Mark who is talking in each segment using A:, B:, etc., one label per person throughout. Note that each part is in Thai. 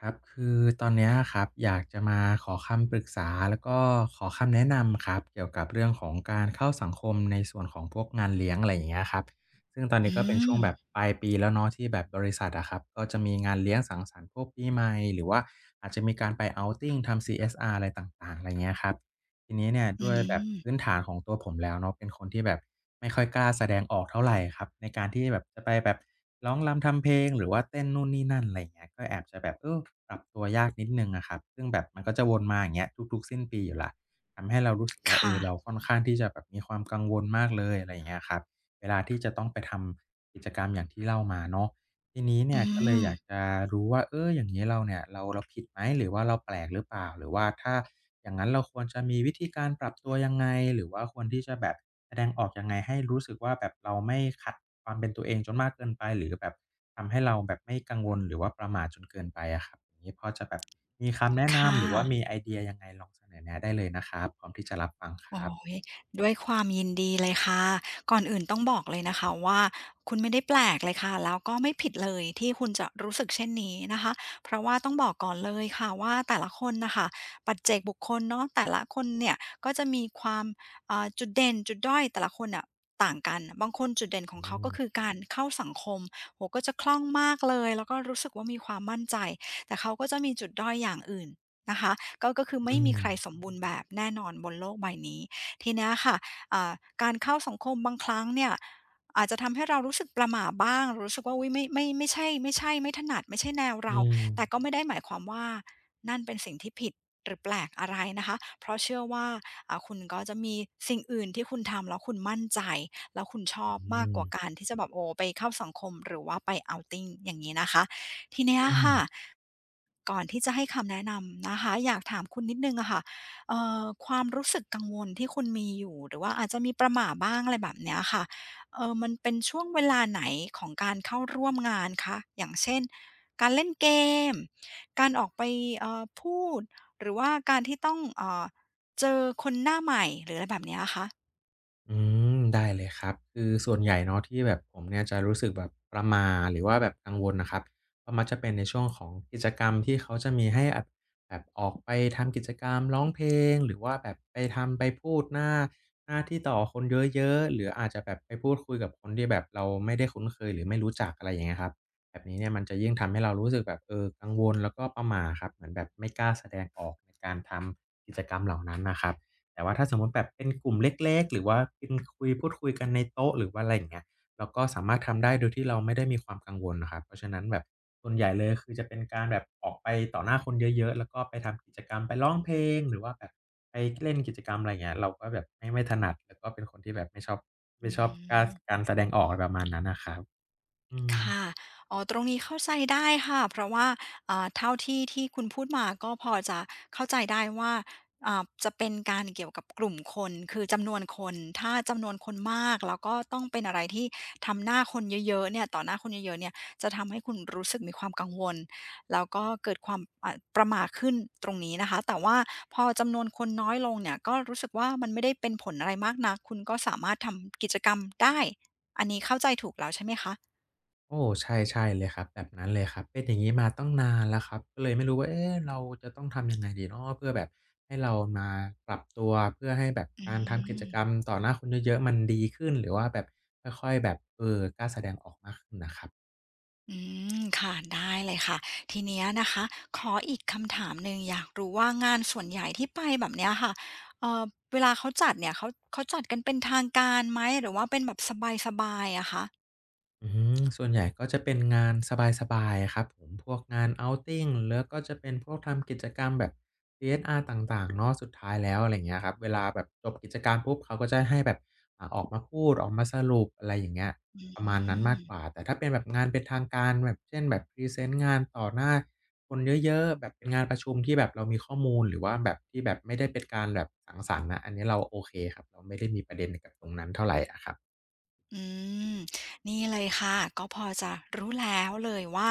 A: ครับคือตอนเนี้ยครับอยากจะมาขอคำปรึกษาแล้วก็ขอคำแนะนำครับเกี่ยวกับเรื่องของการเข้าสังคมในส่วนของพวกงานเลี้ยงอะไรอย่างเงี้ยครับซึ่งตอน
B: อื
A: นี้ก็เป็นช่วง
B: ม
A: แบบปลายปีแล้วเนาะที่แบบบริษัทอะครับก็จะมีงานเลี้ยงสังสรรค์พวกปีใหม่หรือว่าอาจจะมีการไป outing ทำ CSR อะไรต่างๆอะไรเงี้ยครับ ทีนี้เนี่ย
B: อื
A: ด้วยแบบ
B: ม
A: พื้นฐานของตัวผมแล้วเนาะเป็นคนที่แบบไม่ค่อยกล้าแสดงออกเท่าไรครับในการที่แบบจะไปแบบร้องรำทำเพลงหรือว่าเต้นนู่นนี่นั่นอะไรอย่างเงี้ยก็แอบจะแบบปรับตัวยากนิดหนึ่งอะครับซึ่งแบบมันก็จะวนมาอย่างเงี้ยทุกๆสิ้นปีอยู่แล้วทำให้เรารู้สึกว่า
B: ค่ะ
A: เราค่อนข้างที่จะแบบมีความกังวลมากเลยอะไรอย่างเงี้ยครับเวลาที่จะต้องไปทำกิจกรรมอย่างที่เล่ามาเนาะทีนี้เนี่
B: อื
A: ยก็เลย
B: ม
A: อยากจะรู้ว่าอย่างงี้เราเนี่ยเราผิดไหมหรือว่าเราแปลกหรือเปล่าหรือว่าถ้า อย่างนั้นเราควรจะมีวิธีการปรับตัวยังไงหรือว่าควรที่จะแบบแสดงออกยังไงให้รู้สึกว่าแบบเราไม่ขัดความเป็นตัวเองจนมากเกินไปหรือแบบทำให้เราแบบไม่กังวลหรือว่าประหม่าจนเกินไปอะครับอย่างนี้พอจะแบบมีคำแนะนำ
B: ค่ะ
A: หรือว่ามีไอเดียยังไงลองเสนอแนะได้เลยนะครับพร้อมที่จะรับฟังค
B: โอ้
A: รับ
B: โด้วยความยินดีเลยค่ะก่อนอื่นต้องบอกเลยนะคะว่าคุณไม่ได้แปลกเลยค่ะแล้วก็ไม่ผิดเลยที่คุณจะรู้สึกเช่นนี้นะคะเพราะว่าต้องบอกก่อนเลยค่ะว่าแต่ละคนนะคะปัจเจกบุคคลเนาะแต่ละคนเนี่ยก็จะมีความจุดเด่นจุดด้อยแต่ละคนอ่ะต่างกันบางคนจุดเด่นของเขา
A: อืม
B: ก็คือการเข้าสังคมโหก็จะคล่องมากเลยแล้วก็รู้สึกว่ามีความมั่นใจแต่เขาก็จะมีจุดด้อยอย่างอื่นนะคะ ก็ก็คือไม่
A: อื
B: มี
A: ม
B: ใครสมบูรณ์แบบแน่นอนบนโลกใบนี้ทีเนี้ยค่ะอ่าการเข้าสังคมบางครั้งเนี่ยอาจจะทำให้เรารู้สึกประหม่าบ้างรู้สึกว่าอุ๊ยไม่ใช่ไม่ถนัดไม่ใช่แนวเรา
A: อืม
B: แต่ก็ไม่ได้หมายความว่านั่นเป็นสิ่งที่ผิดหรือแปลกอะไรนะคะเพราะเชื่อว่าคุณก็จะมีสิ่งอื่นที่คุณทำแล้วคุณมั่นใจแล้วคุณชอบ
A: อื
B: มาก
A: ม
B: กว่าการที่จะแบบโอ้ไปเข้าสังคมหรือว่าไป outing อย่างงี้นะคะ ทีเนี้ย
A: อืม
B: ค่ะก่อนที่จะให้คำแนะนำนะคะอยากถามคุณนิดนึงอะค่ะความรู้สึกกังวลที่คุณมีอยู่หรือว่าอาจจะมีประหม่าบ้างอะไรแบบเนี้ยค่ะเออมันเป็นช่วงเวลาไหนของการเข้าร่วมงานคะอย่างเช่นการเล่นเกมการออกไปพูดหรือว่าการที่ต้องเจอคนหน้าใหม่หรืออะไรแบบเนี้ยคะ
A: อืมได้เลยครับคือส่วนใหญ่เนาะที่แบบผมเนี่ยจะรู้สึกแบบประหม่าหรือว่าแบบกังวลนะครับก็มักจะเป็นในช่วงของกิจกรรมที่เขาจะมีให้อะแบบออกไปทำกิจกรรมร้องเพลงหรือว่าแบบไปทำไปพูดหน้าที่ต่อคนเยอะๆหรืออาจจะแบบไปพูดคุยกับคนที่แบบเราไม่ได้คุ้นเคยหรือไม่รู้จักอะไรอย่างเงี้ยครับแบบนี้เนี่ยมันจะยิ่งทำให้เรารู้สึกแบบกังวลแล้วก็ประหม่าครับเหมือนแบบไม่กล้าแสดงออกในการทำกิจกรรมเหล่านั้นน่ะครับ แต่ว่าถ้าสมมติแบบเป็นกลุ่มเล็กๆหรือว่าเป็นคุยพูดคุยกันในโต๊ะหรือว่าอะไรอย่างเงี้ยเราก็สามารถทำได้โดยที่เราไม่ได้มีความกังวลนะครับเพราะฉะนั้นแบบส่วนใหญ่เลยคือจะเป็นการแบบออกไปต่อหน้าคนเยอะๆแล้วก็ไปทำกิจกรรมไปร้องเพลงหรือว่าแบบไปเล่นกิจกรรมอะไรอย่างเงี้ยเราก็แบบไม่ถนัดแล้วก็เป็นคนที่แบบไม่ชอบ
B: อื
A: ไม่ชอบกล้า
B: ม
A: การแสดงออกอะไรประมาณนั้นน่ะครับอืม
B: ค่ะอ๋อตรงนี้เข้าใจได้ค่ะเพราะว่าเท่าที่คุณพูดมาก็พอจะเข้าใจได้ว่าจะเป็นการเกี่ยวกับกลุ่มคนคือจำนวนคนถ้าจำนวนคนมากแล้วก็ต้องเป็นอะไรที่ทำหน้าคนเยอะๆเนี่ยต่อหน้าคนเยอะๆเนี่ยจะทำให้คุณรู้สึกมีความกังวลแล้วก็เกิดความประหม่าขึ้นตรงนี้นะคะ แต่ว่าพอจำนวนคนน้อยลงเนี่ย ก็รู้สึกว่ามันไม่ได้เป็นผลอะไรมากนักคุณก็สามารถทำกิจกรรมได้อันนี้เข้าใจถูกแล้วใช่ไหมคะ
A: โอ้ใช่ใช่เลยครับแบบนั้นเลยครับเป็นอย่างงี้มาตั้งนานแล้วครับก็เลยไม่รู้ว่าเอ๊ะเราจะต้องทำยังไงดีเนาะเพื่อแบบให้เรามาปรับตัวเพื่อให้แบบ
B: อื
A: การทำกิจ
B: ม
A: กรรมต่อหน้าคนเยอะๆมันดีขึ้นหรือว่าแบบค่อยๆแบบกล้าแสดงออกมากขึ้นน่ะครับ
B: อืม ค่ะ ได้เลยค่ะ ทีเนี้ยนะคะ ขออีกคำถามหนึ่งอยากรู้ว่างานส่วนใหญ่ที่ไปแบบเนี้ยค่ะเอ่อเวลาเขาจัดเนี่ยเขาจัดกันเป็นทางการไหม หรือว่าเป็นแบบสบายๆอะคะ
A: อืมส่วนใหญ่ก็จะเป็นงานสบายๆครับผมพวกงาน outing แล้วก็จะเป็นพวกทำกิจกรรมแบบ CSR ต่างๆเนาะสุดท้ายแล้วอะไรเงี้ยครับเวลาแบบจบกิจกรรมปุ๊บเขาก็จะให้แบบออกมาพูดออกมาสรุปอะไรอย่างเงี้ย
B: อื
A: ประมาณนั้นมากกว่า
B: ม
A: แต่ถ้าเป็นแบบงานเป็นทางการแบบเช่นแบบพรีเซนต์งานต่อหน้าคนเยอะๆแบบเป็นงานประชุมที่แบบเรามีข้อมูลหรือว่าแบบที่แบบไม่ได้เป็นการแบบสังสรรค์นะอันนี้เราโอเคครับเราไม่ได้มีประเด็นกับตรงนั้นเท่าไหรอะครับ
B: อืมนี่เลยค่ะก็พอจะรู้แล้วเลยว่า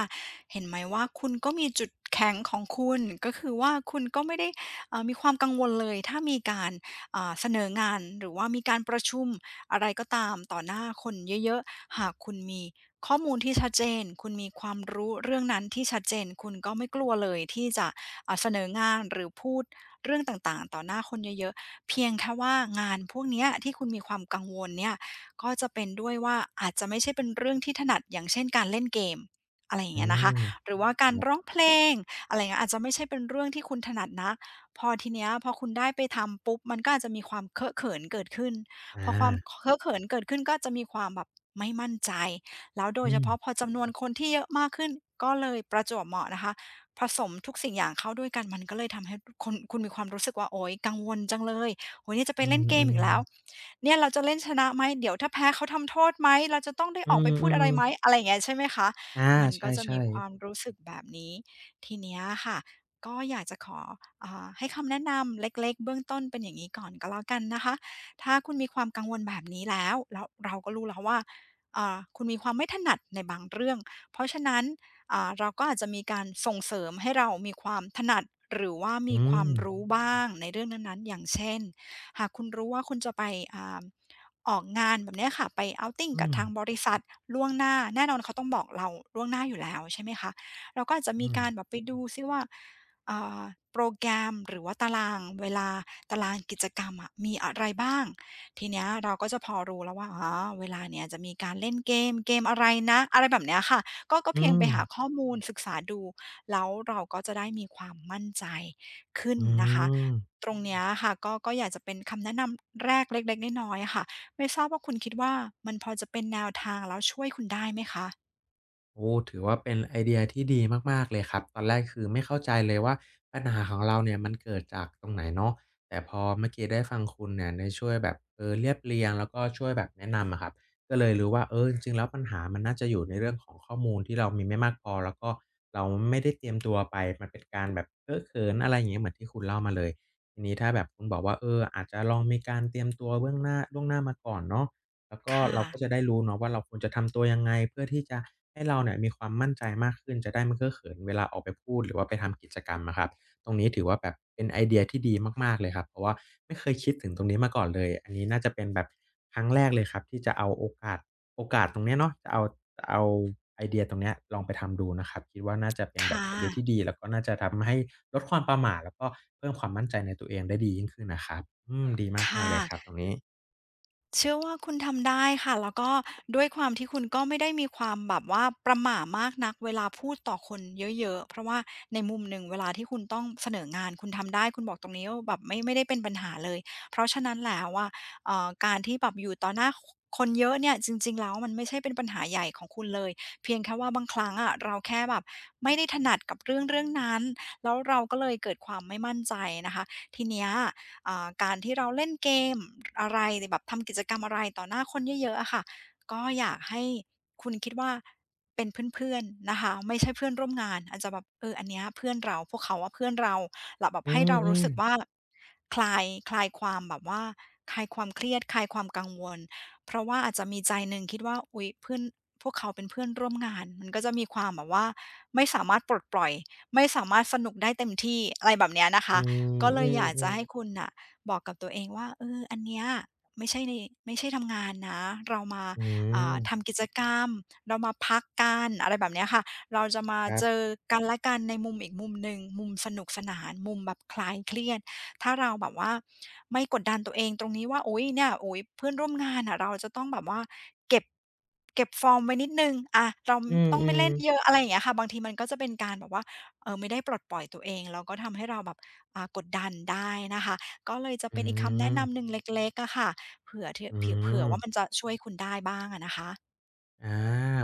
B: เห็นไหมว่าคุณก็มีจุดแข็งของคุณก็คือว่าคุณก็ไม่ได้มีความกังวลเลยถ้ามีการเสนองานหรือว่ามีการประชุมอะไรก็ตามต่อหน้าคนเยอะๆหากคุณมีข้อมูลที่ชัดเจนคุณมีความรู้เรื่องนั้นที่ชัดเจนคุณก็ไม่กลัวเลยที่จะเสนองานหรือพูดเรื่องต่างๆต่อหน้าคนเยอะๆเพียงแค่ว่างานพวกเนี้ยที่คุณมีความกังวลเนี่ย ก็จะเป็นด้วยว่าอาจจะไม่ใช่เป็นเรื่องที่ถนัดอย่างเช่นการเล่นเกมอะไรอย่าง
A: อื
B: เงี้ยนะคะ
A: ม
B: หรือว่า
A: ค
B: กา
A: รั
B: รร้อง
A: บ
B: เพลงอะไรเงี้ยอาจจะไม่ใช่เป็นเรื่องที่คุณถนัดนักพอทีเนี้ยพอคุณได้ไปทำปุ๊บมันก็อาจจะมีความเคอะเขินเกิดขึ้น
A: อ
B: พอความเค
A: า
B: อะเขินเกิดขึ้นก็จะมีความแบบไม่มั่นใจแล้วโด
A: อื
B: ยเฉพาะพอ
A: ม
B: จำนวนคนที่เยอะมากขึ้นก็เลยประจวบเหมาะนะคะผสมทุกสิ่งอย่างเข้าด้วยกันมันก็เลยทำให้คุณมีความรู้สึกว่าโอ๊ยกังวลจังเลย โห้เนี่ยจะไป
A: อื
B: เล่
A: ม
B: นเก
A: อื
B: มอีก
A: ม
B: แล้วเนี่ยเราจะเล่นชนะไหม เดี๋ยวถ้าแพ้เขาทำโทษไหม เราจะต้องได้
A: อื
B: ออกไปพูดอะ
A: ม
B: ไรไหม
A: ๆ
B: อะไรอย่างเงี้ยใช่ไหมคะ
A: อา
B: มัน
A: ใ
B: ก็จะ
A: ช่
B: มีความ
A: ๆ
B: รู้สึกแบบนี้ ทีเนี้ยค่ะ ก็อยากจะขอให้คำแนะนำเล็กๆเบื้องต้นเป็นอย่างงี้ก่อนก็แล้วกันนะคะถ้าคุณมีความกังวลแบบนี้แล้วเราก็รู้แล้วว่าคุณมีความไม่ถนัดในบางเรื่องเพราะฉะนั้นเราก็อาจจะมีการส่งเสริมให้เรามีความถนัดหรือว่ามี
A: อื
B: ค
A: ม
B: วามรู้บ้างในเรื่องนั้นๆอย่างเช่น หากคุณรู้ว่าคุณจะไปอ่าออกงานแบบเนี้ยค่ะไป o u t i ิง
A: อื
B: กับ
A: ม
B: ทางบริษัทล่วงหน้าแน่นอนเขาต้องบอกเราล่วงหน้าอยู่แล้วใช่ไหมคะเราก็อาจจะมี
A: อืม
B: การแบบไปดูซิว่าอ่าโปรแกรมหรือว่าตารางเวลาตารางกิจกรรมอะมีอะไรบ้างทีเนี้ยเราก็จะพอรู้แล้วว่าอ๋อเวลาเนี้ยจะมีการเล่นเกมอะไรนะอะไรแบบเนี้ยค่ะก็
A: อื
B: เพียงไป
A: ม
B: หาข้อมูลศึกษาดูแล้วเราก็จะได้มีความมั่นใจขึ้น
A: อื
B: นะคะ
A: ม
B: ตรงเนี้ยค่ะก็อยากจะเป็นคำแนะนำแรกเล็กๆน้อยๆอะค่ะไม่ทราบว่าคุณคิดว่ามันพอจะเป็นแนวทางแล้วช่วยคุณได้ไหมคะ
A: โอ้ ถือว่าเป็นไอเดียที่ดีมากๆ เลยครับ ตอนแรกคือไม่เข้าใจเลยว่าปัญหาของเราเนี่ยมันเกิดจากตรงไหนเนาะแต่พอเมื่อกี้ได้ฟังคุณเนี่ยได้ช่วยแบบเรียบเรียงแล้วก็ช่วยแบบแนะนำอะครับก็เลยรู้ว่าจริงๆแล้วปัญหามันน่าจะอยู่ในเรื่องของข้อมูลที่เรามีไม่มากพอแล้วก็เราไม่ได้เตรียมตัวไปมันเป็นการแบบเพ้อเขินอะไรอย่างงี้เหมือนที่คุณเล่ามาเลยทีนี้ถ้าแบบคุณบอกว่าอาจจะลองมีการเตรียมตัวเบื้องหน้าล่วงหน้ามาก่อนเนาะ แล้วก็
B: ค่ะ
A: เราก็จะได้รู้เนาะว่าเราควรจะทำตัวยังไงเพื่อที่จะให้เราเนี่ยมีความมั่นใจมากขึ้นจะได้ไม่เก้อเขินเวลาออกไปพูดหรือว่าไปทำกิจกรรมอะครับตรงนี้ถือว่าแบบเป็นไอเดียที่ดีมากๆเลยครับเพราะว่าไม่เคยคิดถึงตรงนี้มาก่อนเลยอันนี้น่าจะเป็นแบบครั้งแรกเลยครับที่จะเอาโอกาสตรงเนี้ยเนาะจะเอาเอาไอเดียตรงเนี้ยลองไปทำดูนะครับคิดว่าน่าจะเป็นแบบ
B: ค่ะ
A: ไอเดียที่ดีแล้วก็น่าจะทำให้ลดความประหม่าแล้วก็เพิ่มความมั่นใจในตัวเองได้ดียิ่งขึ้นนะครับอืมดี
B: ค
A: มากๆเลยครับ
B: ่ะ
A: ตรงนี้
B: เชื่อว่าคุณทำได้ค่ะแล้วก็ด้วยความที่คุณก็ไม่ได้มีความแบบว่าประหม่ามากนักเวลาพูดต่อคนเยอะๆเพราะว่าในมุมหนึ่งเวลาที่คุณต้องเสนองานคุณทำได้คุณบอกตรงนี้ว่าแบบไม่ได้เป็นปัญหาเลยเพราะฉะนั้นแล้วอะการที่แบบอยู่ต่อหน้าคนเยอะเนี่ยจริงๆแล้วมันไม่ใช่เป็นปัญหาใหญ่ของคุณเลยเพียงแค่ว่าบางครั้งอะเราแค่แบบไม่ได้ถนัดกับเรื่องๆนั้นแล้วเราก็เลยเกิดความไม่มั่นใจนะคะทีเนี้ย การที่เราเล่นเกมอะไรแบบทำกิจกรรมอะไรต่อหน้าคนเยอะๆอะค่ะก็อยากให้คุณคิดว่าเป็นเพื่อนๆนะคะไม่ใช่เพื่อนร่วมงานอาจจะแบบเอออันเนี้ยเพื่อนเราพวกเขาว่าเพื่อนเราแล้วแบบ
A: อื
B: ให้เรารู้
A: ม
B: สึกว่า
A: ๆ
B: คลายคลายความแบบว่าคลายความเครียดคลายความกังวลเพราะว่าอาจจะมีใจหนึ่งคิดว่าอุ๊ยเพื่อนพวกเขาเป็นเพื่อนร่วมงานมันก็จะมีความแบบว่าไม่สามารถปลดปล่อยไม่สามารถสนุกได้เต็มที่อะไรแบบเนี้ยนะ
A: อื
B: คะ
A: ม
B: ก็เลยอยาก
A: อื
B: จะ
A: ม
B: ให้คุ
A: ๆ
B: ณน่ะ บอกกับตัวเองว่าเอออันเนี้ยไม่ใช่ในไม่ใช่ทำงานนะเรามา
A: อืม
B: ทำกิจกรรมเรามาพักกันอะไรแบบเนี้ยค่ะเราจะมา
A: ครั
B: เจอ
A: บ
B: กันและกันในมุมอีกมุมหนึ่งมุมสนุกสนานมุมแบบคลายเครียดถ้าเราแบบว่าไม่กดดันตัวเองตรงนี้ว่าอุ๊ยเนี่ยอุ๊ยเพื่อนร่วมงานน่ะเราจะต้องแบบว่าเก็บเก็บฟอร์มไว้นิดหนึ่งอะเรา
A: อื
B: ต้องไม่
A: ม
B: เล่นเยอะ
A: ๆ
B: อะไรอย่างเงี้ยค่ะบางทีมันก็จะเป็นการแบบว่าไม่ได้ปลดปล่อยตัวเองแล้วก็ทำให้เราแบบกดดันได้นะคะ ก็เลยจะ
A: อื
B: เป็นอีกคำแนะนำห
A: ม
B: นึ่งเล็กๆอะค่ะเผื่อท
A: อื
B: เผิวเผื่อ
A: ม
B: ว่ามันจะช่วยคุณได้บ้างอะนะคะ
A: อา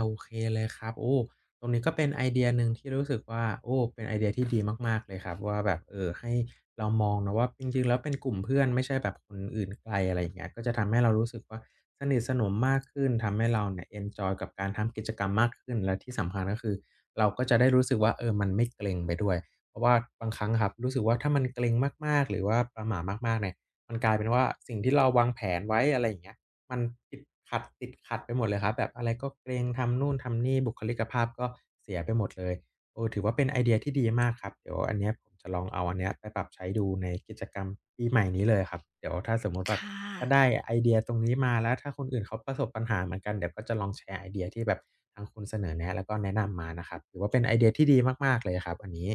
A: โอเคเลยครับโอ้ตรงนี้ก็เป็นไอเดียหนึ่งที่รู้สึกว่าโอ้เป็นไอเดียที่ดีมากๆเลยครับว่าแบบให้เรามองนะว่าจริงๆแล้วเป็นกลุ่มเพื่อนไม่ใช่แบบคนอื่นไกลอะไรอย่างเงี้ยก็จะทำให้เรารู้สึกว่าสนิทสนมมากขึ้นทำให้เราเนี่ยเอนจอยกับการทำกิจกรรมมากขึ้นและที่สำคัญก็คือเราก็จะได้รู้สึกว่ามันไม่เกร็งไปด้วยเพราะว่าบางครั้งอะครับรู้สึกว่าถ้ามันเกร็งมากๆหรือว่าประหม่ามากๆเนี่ยมันกลายเป็นว่าสิ่งที่เราวางแผนไว้อะไรอย่างเงี้ย มันติดขัดไปหมดเลยครับแบบอะไรก็เกรงทำนู่นทำนี่บุคลิกภาพก็เสียไปหมดเลยถือว่าเป็นไอเดียที่ดีมากครับเดี๋ยวอันเนี้ยผมจะลองเอาอันเนี้ยไปปรับใช้ดูในกิจกรรมปีใหม่นี้เลยครับเดี๋ยวถ้าสมมุติแบบ
B: ค่ะ
A: ถ้าได้ไอเดียตรงนี้มาแล้วถ้าคนอื่นเขาประสบปัญหาเหมือนกันเดี๋ยวก็จะลองแชร์ไอเดียที่แบบทางคุณเสนอแนะแล้วก็แนะนำมานะครับถือว่าเป็นไอเดียที่ดีมากๆเลยครับอันนี้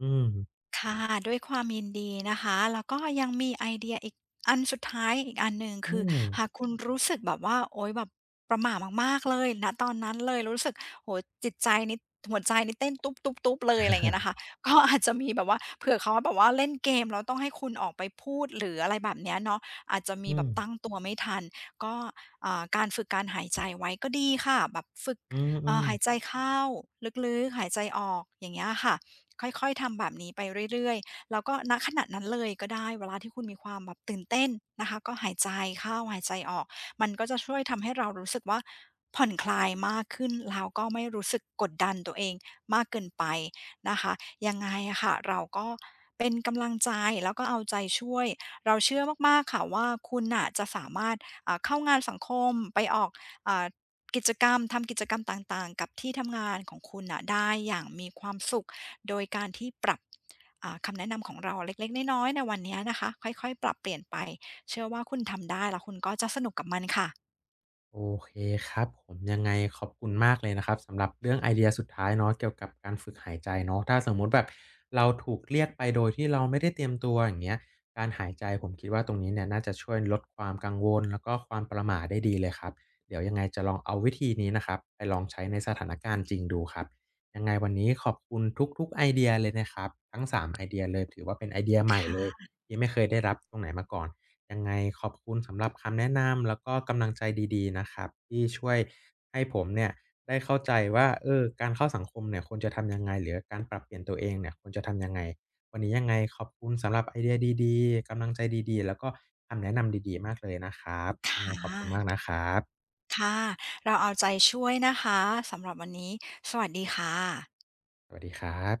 A: อืม
B: ค่ะด้วยความยินดีนะคะแล้วก็ยังมีไอเดียอีกอันสุดท้ายอีกอันหนึ่ง
A: อื
B: คือ
A: ม
B: หากคุณรู้สึกแบบว่าโอ๊ยแบบประหม่ามากๆเลยณตอนนั้นเลยรู้สึกโอ้โฮจิตใจนี่หัวใจนี่เต้นตุ๊บๆๆเลยอะไรอย่างเงี้ยนะคะ ก็อาจจะมีแบบว่าเผื่อเขาแบบว่าเล่นเกมแล้วต้องให้คุณออกไปพูดหรืออะไรแบบเนี้ยเนาะอาจจะมี
A: อื
B: แบ
A: ม
B: บตั้งตัวไม่ทันก็การฝึกการหายใจไว้ก็ดีค่ะแบบฝึก
A: อืม
B: หายใจ
A: ๆ
B: เข้าลึกๆหายใจออกอย่างเงี้ยค่ะ ค่อยๆทำแบบนี้ไปเรื่อยๆ แล้วก็ณขณะนั้นเลยก็ได้ เวลาที่คุณมีความแบบตื่นเต้นนะคะก็หายใจเข้าหายใจออก มันก็จะช่วยทำให้เรารู้สึกว่าผ่อนคลายมากขึ้นแล้วก็ไม่รู้สึกกดดันตัวเองมากเกินไปนะคะยังไงอะค่ะเราก็เป็นกำลังใจแล้วก็เอาใจช่วย เราเชื่อมากๆค่ะว่าคุณน่ะจะสามารถเข้างานสังคมไปออกอ่ากิจกรรมทำกิจกรรมต่างๆกับที่ทำงานของคุณน่ะได้อย่างมีความสุข โดยการที่ปรับคำแนะนำของเราเล็กๆน้อยๆในวันนี้นะคะค่อยๆปรับเปลี่ยนไปเชื่อว่าคุณทำได้แล้วคุณก็จะสนุกกับมันค่ะ
A: โอเคครับผมยังไงขอบคุณมากเลยนะครับสำหรับเรื่องไอเดียสุดท้ายเนาะเกี่ยวกับการฝึกหายใจเนาะถ้าสมมุติแบบเราถูกเรียกไปโดยที่เราไม่ได้เตรียมตัวอย่างเงี้ยการหายใจผมคิดว่าตรงนี้เนี่ยน่าจะช่วยลดความกังวลแล้วก็ความประหม่าได้ดีเลยครับเดี๋ยวยังไงจะลองเอาวิธีนี้นะครับไปลองใช้ในสถานการณ์จริงดูครับยังไงวันนี้ขอบคุณทุกๆไอเดียเลยนะครับทั้งสามไอเดียเลยถือว่าเป็นไอเดียใหม่เลย
B: ค่ะ
A: ที่ไม่เคยได้รับตรงไหนมาก่อน ยังไงขอบคุณสำหรับคำแนะนำแล้วก็กำลังใจดีๆนะครับที่ช่วยให้ผมเนี่ยได้เข้าใจว่าการเข้าสังคมเนี่ยควรจะทำยังไงหรือการปรับเปลี่ยนตัวเองเนี่ยควรจะทำยังไงวันนี้ยังไงขอบคุณสำหรับไอเดียดีๆกำลังใจดีๆแล้วก็คำแนะนำดีๆมากเลยนะครับยั
B: ค่
A: งไงขอบคุณมาก
B: ะ
A: นะครับ
B: ค่ะเราเอาใจช่วยนะคะสำหรับวันนี้สวัสดีค่ะ
A: สวัสดีครับ